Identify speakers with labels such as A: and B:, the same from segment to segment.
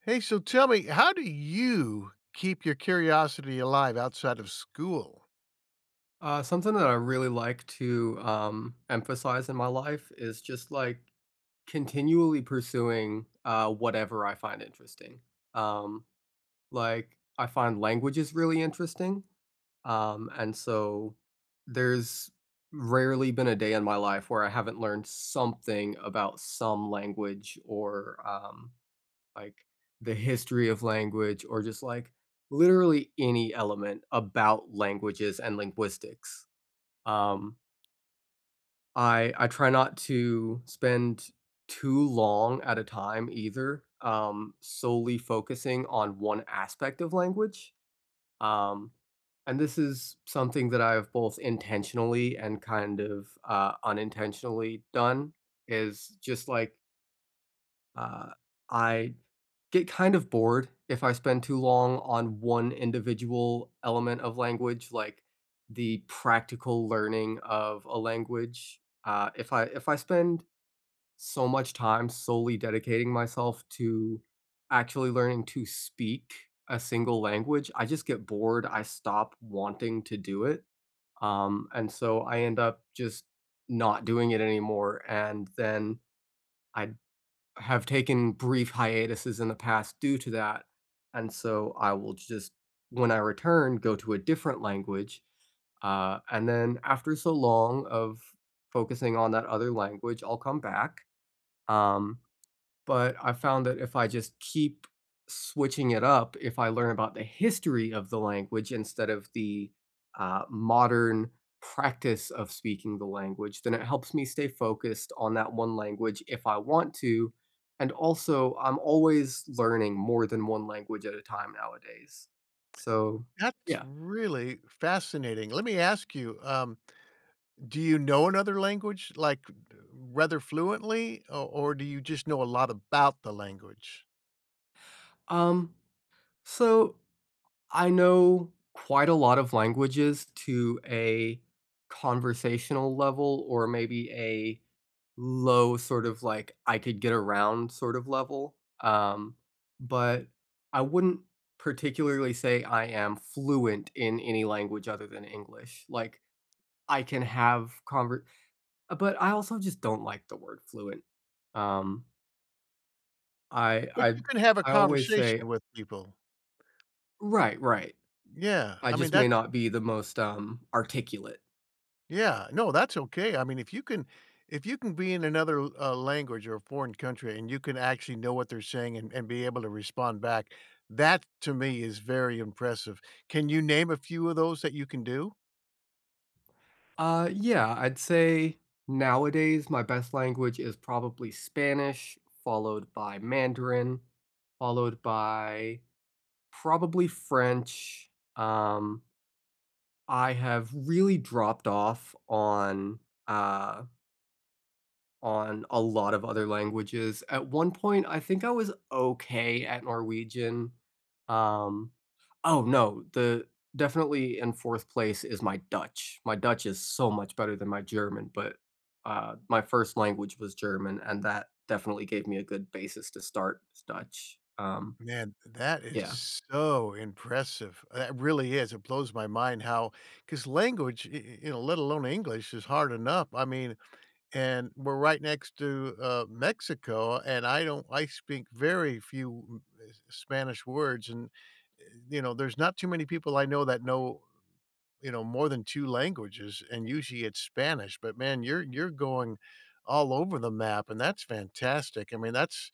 A: Hey, so tell me, how do you keep your curiosity alive outside of school?
B: Something that I really like to emphasize in my life is just like continually pursuing whatever I find interesting. Um, like I find languages really interesting, and so there's rarely been a day in my life where I haven't learned something about some language or like the history of language or just like literally any element about languages and linguistics um, I try not to spend too long at a time either, solely focusing on one aspect of language. Um, and this is something that I've both intentionally and kind of unintentionally done is just like uh, I get kind of bored if I spend too long on one individual element of language, like the practical learning of a language. If I spend so much time solely dedicating myself to actually learning to speak a single language, I just get bored. I stop wanting to do it, and so I end up just not doing it anymore. And then I have taken brief hiatuses in the past due to that, and so I will just when I return, go to a different language, and then after so long of focusing on that other language, I'll come back, um but I found that if I just keep switching it up, if I learn about the history of the language instead of the, modern practice of speaking the language, then it helps me stay focused on that one language if I want to, and also, I'm always learning more than one language at a time nowadays. So,
A: That's
B: yeah.
A: really fascinating. Let me ask you, do you know another language, like, rather fluently, or do you just know a lot about the language?
B: Um, so I know quite a lot of languages to a conversational level or maybe a low sort of like I could get around sort of level. Um, but I wouldn't particularly say I am fluent in any language other than English. Like I can have conver, but I also just don't like the word fluent. Um, I
A: But
B: I
A: you can have a
B: I always say
A: conversation with people.
B: right, right.
A: Yeah,
B: I
A: I mean
B: just may
A: that's.
B: not be the most articulate.
A: Yeah, no, that's okay. I mean, if you can, if you can be in another, language or a foreign country and you can actually know what they're saying and be able to respond back, that to me is very impressive. Can you name a few of those that you can do?
B: Yeah, I'd say nowadays my best language is probably Spanish, followed by Mandarin, followed by probably French. Um, I have really dropped off uh on a lot of other languages. At one point, I think I was okay at Norwegian. Um, oh no, the definitely in fourth place is my Dutch. My Dutch is so much better than my German, but my first language was German, and that definitely gave me a good basis to start with Dutch.
A: Man, that is
B: Yeah.
A: so impressive. That really is. It blows my mind how, because language, let alone English is hard enough. I mean, and we're right next to, Mexico, and I don't I speak very few m S Spanish words, and, eh, you know, there's not too many people I know that know, you know, more than 2 languages, and usually it's Spanish. But man, you're going all over the map, and that's fantastic. I mean,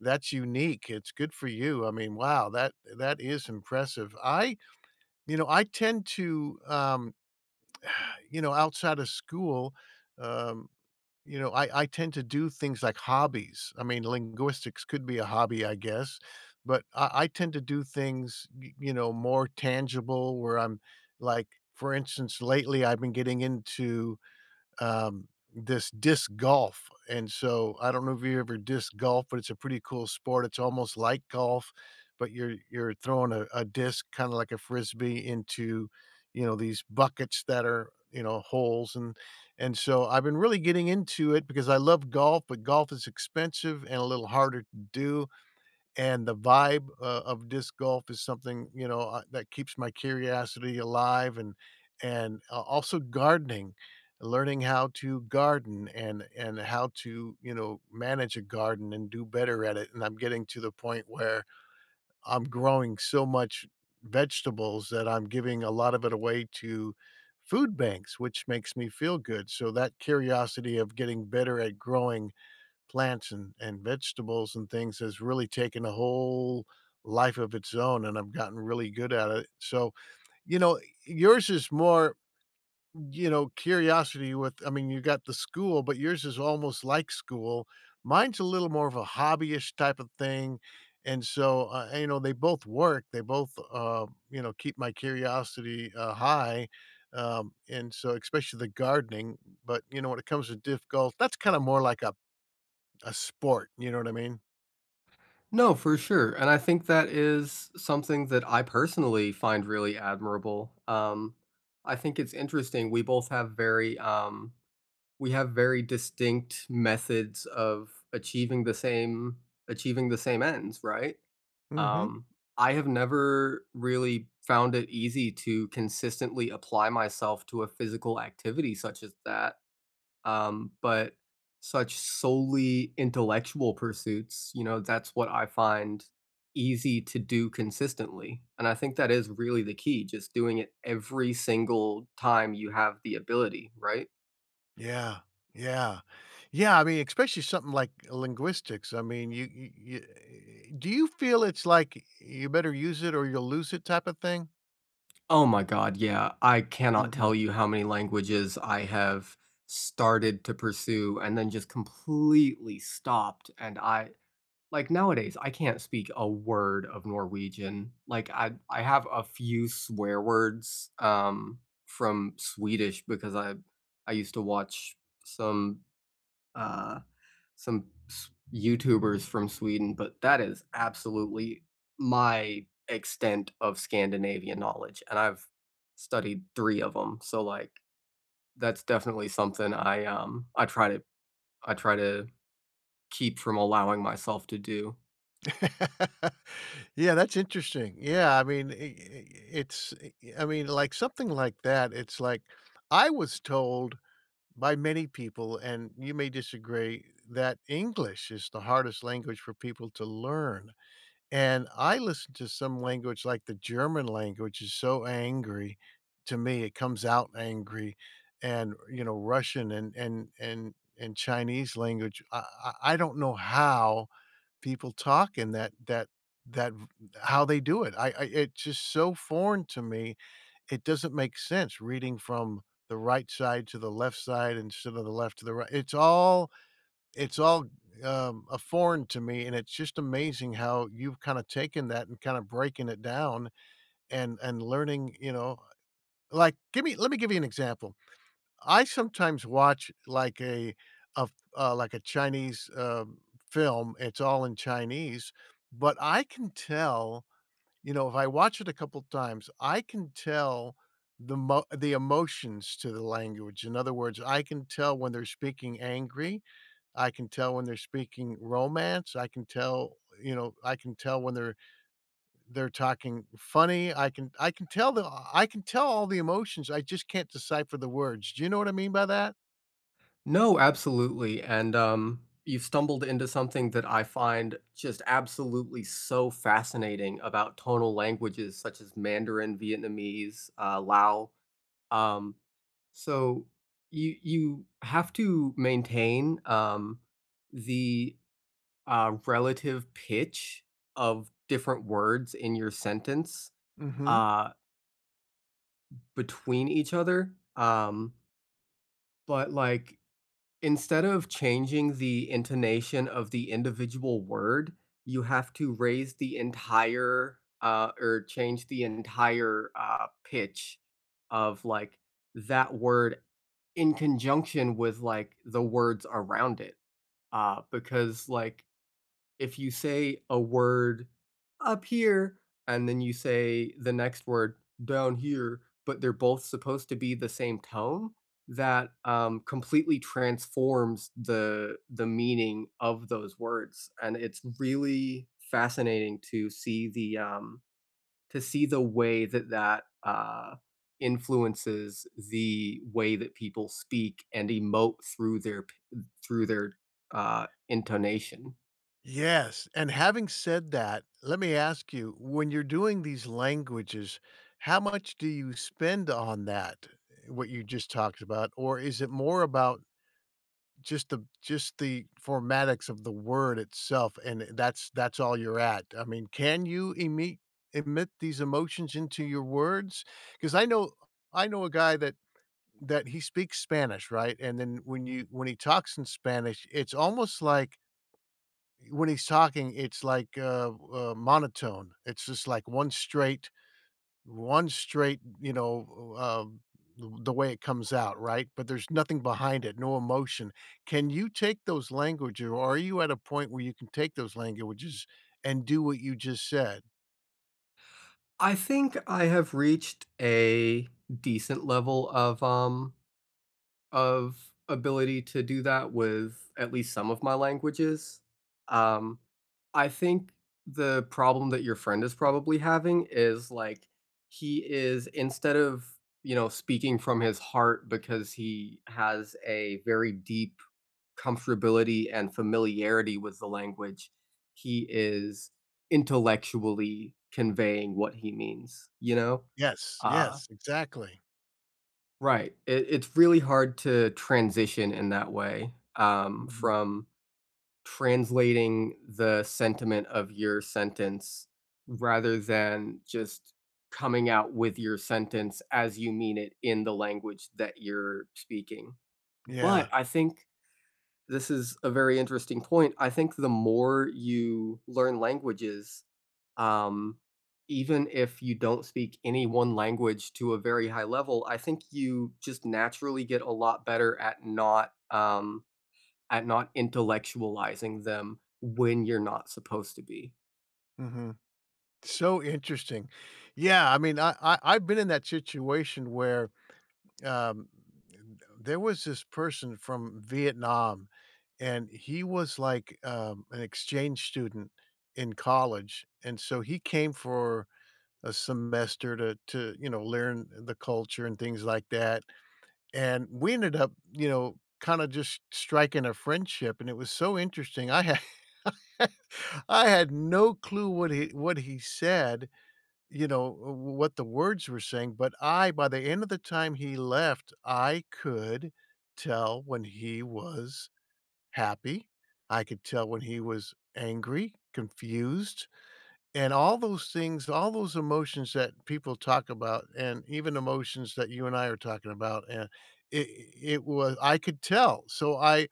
A: that's unique. It's good for you. I mean, wow, that is impressive. I, you know, I tend to, you know, outside of school, um you know, I tend to do things like hobbies. I mean, linguistics could be a hobby, I guess, but I tend to do things, y you know, more tangible where I'm like, for instance, lately, I've been getting into, um, this disc golf. And so I don't know if you ever disc golf, but it's a pretty cool sport. It's almost like golf, but you're throwing a disc kind of like a frisbee into, you know, these buckets that are, you know, holes. And so I've been really getting into it because I love golf, but golf is expensive and a little harder to do, and the vibe of disc golf is something, you know, that keeps my curiosity alive. And a also gardening, learning how to garden and how to, you know, manage a garden and do better at it. And I'm getting to the point where I'm growing so much vegetables that I'm giving a lot of it away to food banks, which makes me feel good. So that curiosity of getting better at growing plants and vegetables and things has really taken a whole life of its own, and I've gotten really good at it. So, you know, yours is more, you know, curiosity with, I mean, you got the school, but yours is almost like school. Mine's a little more of a hobbyish type of thing. And so, you know, they both work. They both, you know, keep my curiosity high. And so, especially the gardening. But, you know, when it comes to difficult, that's kind of more like a sport, you know what I mean?
B: No, for sure. And I think that is something that I personally find really admirable. I think it's interesting. We both have very we have very distinct methods of achieving the same ends, right?
A: Mhm.
B: Um, I have never really found it easy to consistently apply myself to a physical activity such as that. But such solely intellectual pursuits, you know, that's what I find easy to do consistently. And I think that is really the key, just doing it every single time you have the ability, right?
A: Yeah. Yeah. Yeah, I mean, especially something like linguistics. I mean, do you feel it's like you better use it or you'll lose it type of thing?
B: Oh my god, yeah. I cannot
A: Mhm.
B: tell you how many languages I have started to pursue and then just completely stopped, and I like, nowadays, I can't speak a word of Norwegian. Like, I have a few swear words, from Swedish because I used to watch some, uh YouTubers from Sweden, but that is absolutely my extent of Scandinavian knowledge, and I've studied 3 of them. So, like, that's definitely something I try to keep from allowing myself to do.
A: Yeah, that's interesting. Yeah, I mean, I it's I mean, like, something like that, it's like I was told by many people, and you may disagree, that English is the hardest language for people to learn. And I listen to some language, like the German language is so angry to me, it comes out angry. And, you know, Russian and Chinese language, I don't know how people talk in that v- how they do it. I it's just so foreign to me. It doesn't make sense reading from the right side to the left side instead of the left to the right. It's all, a foreign to me, and it's just amazing how you've kinda taken that and kinda breaking it down and learning, you know, like, give me let me give you an example. I sometimes watch, like, a like a Chinese, film, it's all in Chinese, but I can tell, you know, if I watch it a couple times, I can tell the emotions to the language. In other words, I can tell when they're speaking angry. I can tell when they're speaking romance. I can tell, you know, I can tell when they're talking funny. I can tell the, I can tell all the emotions. I just can't decipher the words. Do you know what I mean by that?
B: No, absolutely, and, you've stumbled into something that I find just absolutely so fascinating about tonal languages such as Mandarin, Vietnamese, Lao, um so you have to maintain the relative pitch of different words in your sentence
A: Mhm.
B: uh, between each other. But like Instead of changing the intonation of the individual word, you have to raise the entire, or change the entire, pitch of, like, that word in conjunction with, like, the words around it, because, like, if you say a word up here and then you say the next word down here, but they're both supposed to be the same tone, that completely transforms the meaning of those words. And it's really fascinating to see the way that influences the way that people speak and emote through their intonation.
A: Yes, and having said that, let me ask you, when you're doing these languages, how much do you spend on that, what you just talked about? Or is it more about just the formatics of the word itself, and that's all you're at. I mean, can you emit these emotions into your words? Because I know a guy that he speaks Spanish, right? And then when you when he talks in Spanish, it's almost like when he's talking, it's like, monotone. It's just like one straight, you know, the way it comes out, right? But there's nothing behind it, no emotion. Can you take those languages, or are you at a point where you can take those languages and do what you just said?
B: I think I have reached a decent level of ability to do that with at least some of my languages. Um, I think the problem that your friend is probably having is like he is instead of, you know, speaking from his heart because he has a very deep comfortability and familiarity with the language, he is intellectually conveying what he means, you know?
A: Yes,
B: Uh,
A: yes, exactly.
B: Right. It it's really hard to transition in that way,
A: Mhm.
B: from translating the sentiment of your sentence rather than just coming out with your sentence as you mean it in the language that you're speaking. But
A: Yeah.
B: I think this is a very interesting point. I think the more you learn languages, um, even if you don't speak any one language to a very high level, I think you just naturally get a lot better at not intellectualizing them when you're not supposed to be.
A: Mhm. So interesting. Yeah, I mean, I've been in that situation where, um, there was this person from Vietnam, and he was like, an exchange student in college, and so he came for a semester to you know, learn the culture and things like that. And we ended up, you know, kind of just striking a friendship, and it was so interesting. I had I had no clue what he said, you know, what the words were saying. But I by the end of the time he left, I could tell when he was happy. I could tell when he was angry, confused, and all those things, all those emotions that people talk about, and even emotions that you and I are talking about. And it it was, I could tell. So I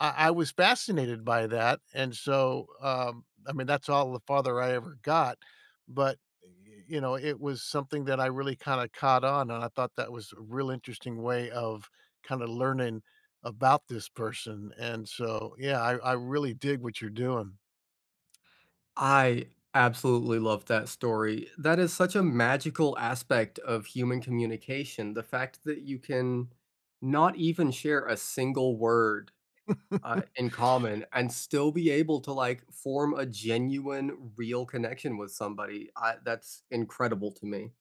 A: I I was fascinated by that, and so, I mean, that's all the farther I ever got. But, y you know, it was something that I really kinda caught on, and I thought that was a real interesting way of kinda learning about this person. And so, yeah, I really dig what you're doing.
B: I absolutely love that story. That is such a magical aspect of human communication. The fact that you can not even share a single word in common and still be able to, like, form a genuine, real connection with somebody. I that's incredible to me.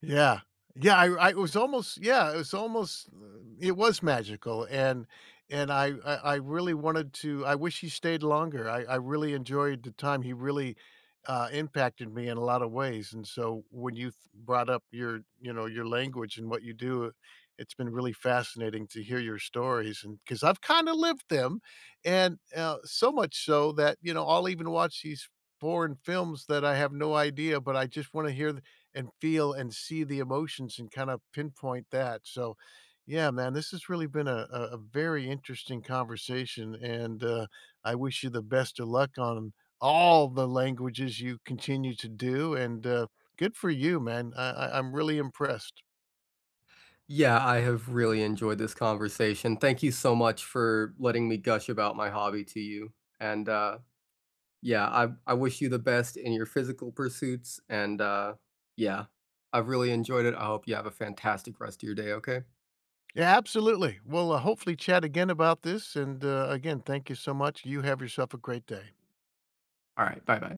A: Yeah. Yeah, I it was almost, yeah, it was almost, it was magical. And I really wanted to, I wish he stayed longer. I really enjoyed the time. He really, impacted me in a lot of ways. And so when you th brought up your, you know, your language and what you do, it's been really fascinating to hear your stories. And because I 'cause I've kinda lived them, and, so much so that, you know, I'll even watch these foreign films that I have no idea, but I just wanna hear and feel and see the emotions and kind of pinpoint that. So, yeah, man, this has really been a very interesting conversation. And I wish you the best of luck on all the languages you continue to do. And good for you, man. I'm really impressed.
B: Yeah, I have really enjoyed this conversation. Thank you so much for letting me gush about my hobby to you, and, yeah, I wish you the best in your physical pursuits, and, yeah, I've really enjoyed it. I hope you have a fantastic rest of your day, okay?
A: Yeah, absolutely. We'll, hopefully chat again about this. And again, thank you so much. You have yourself a great day.
B: Alright, bye-bye.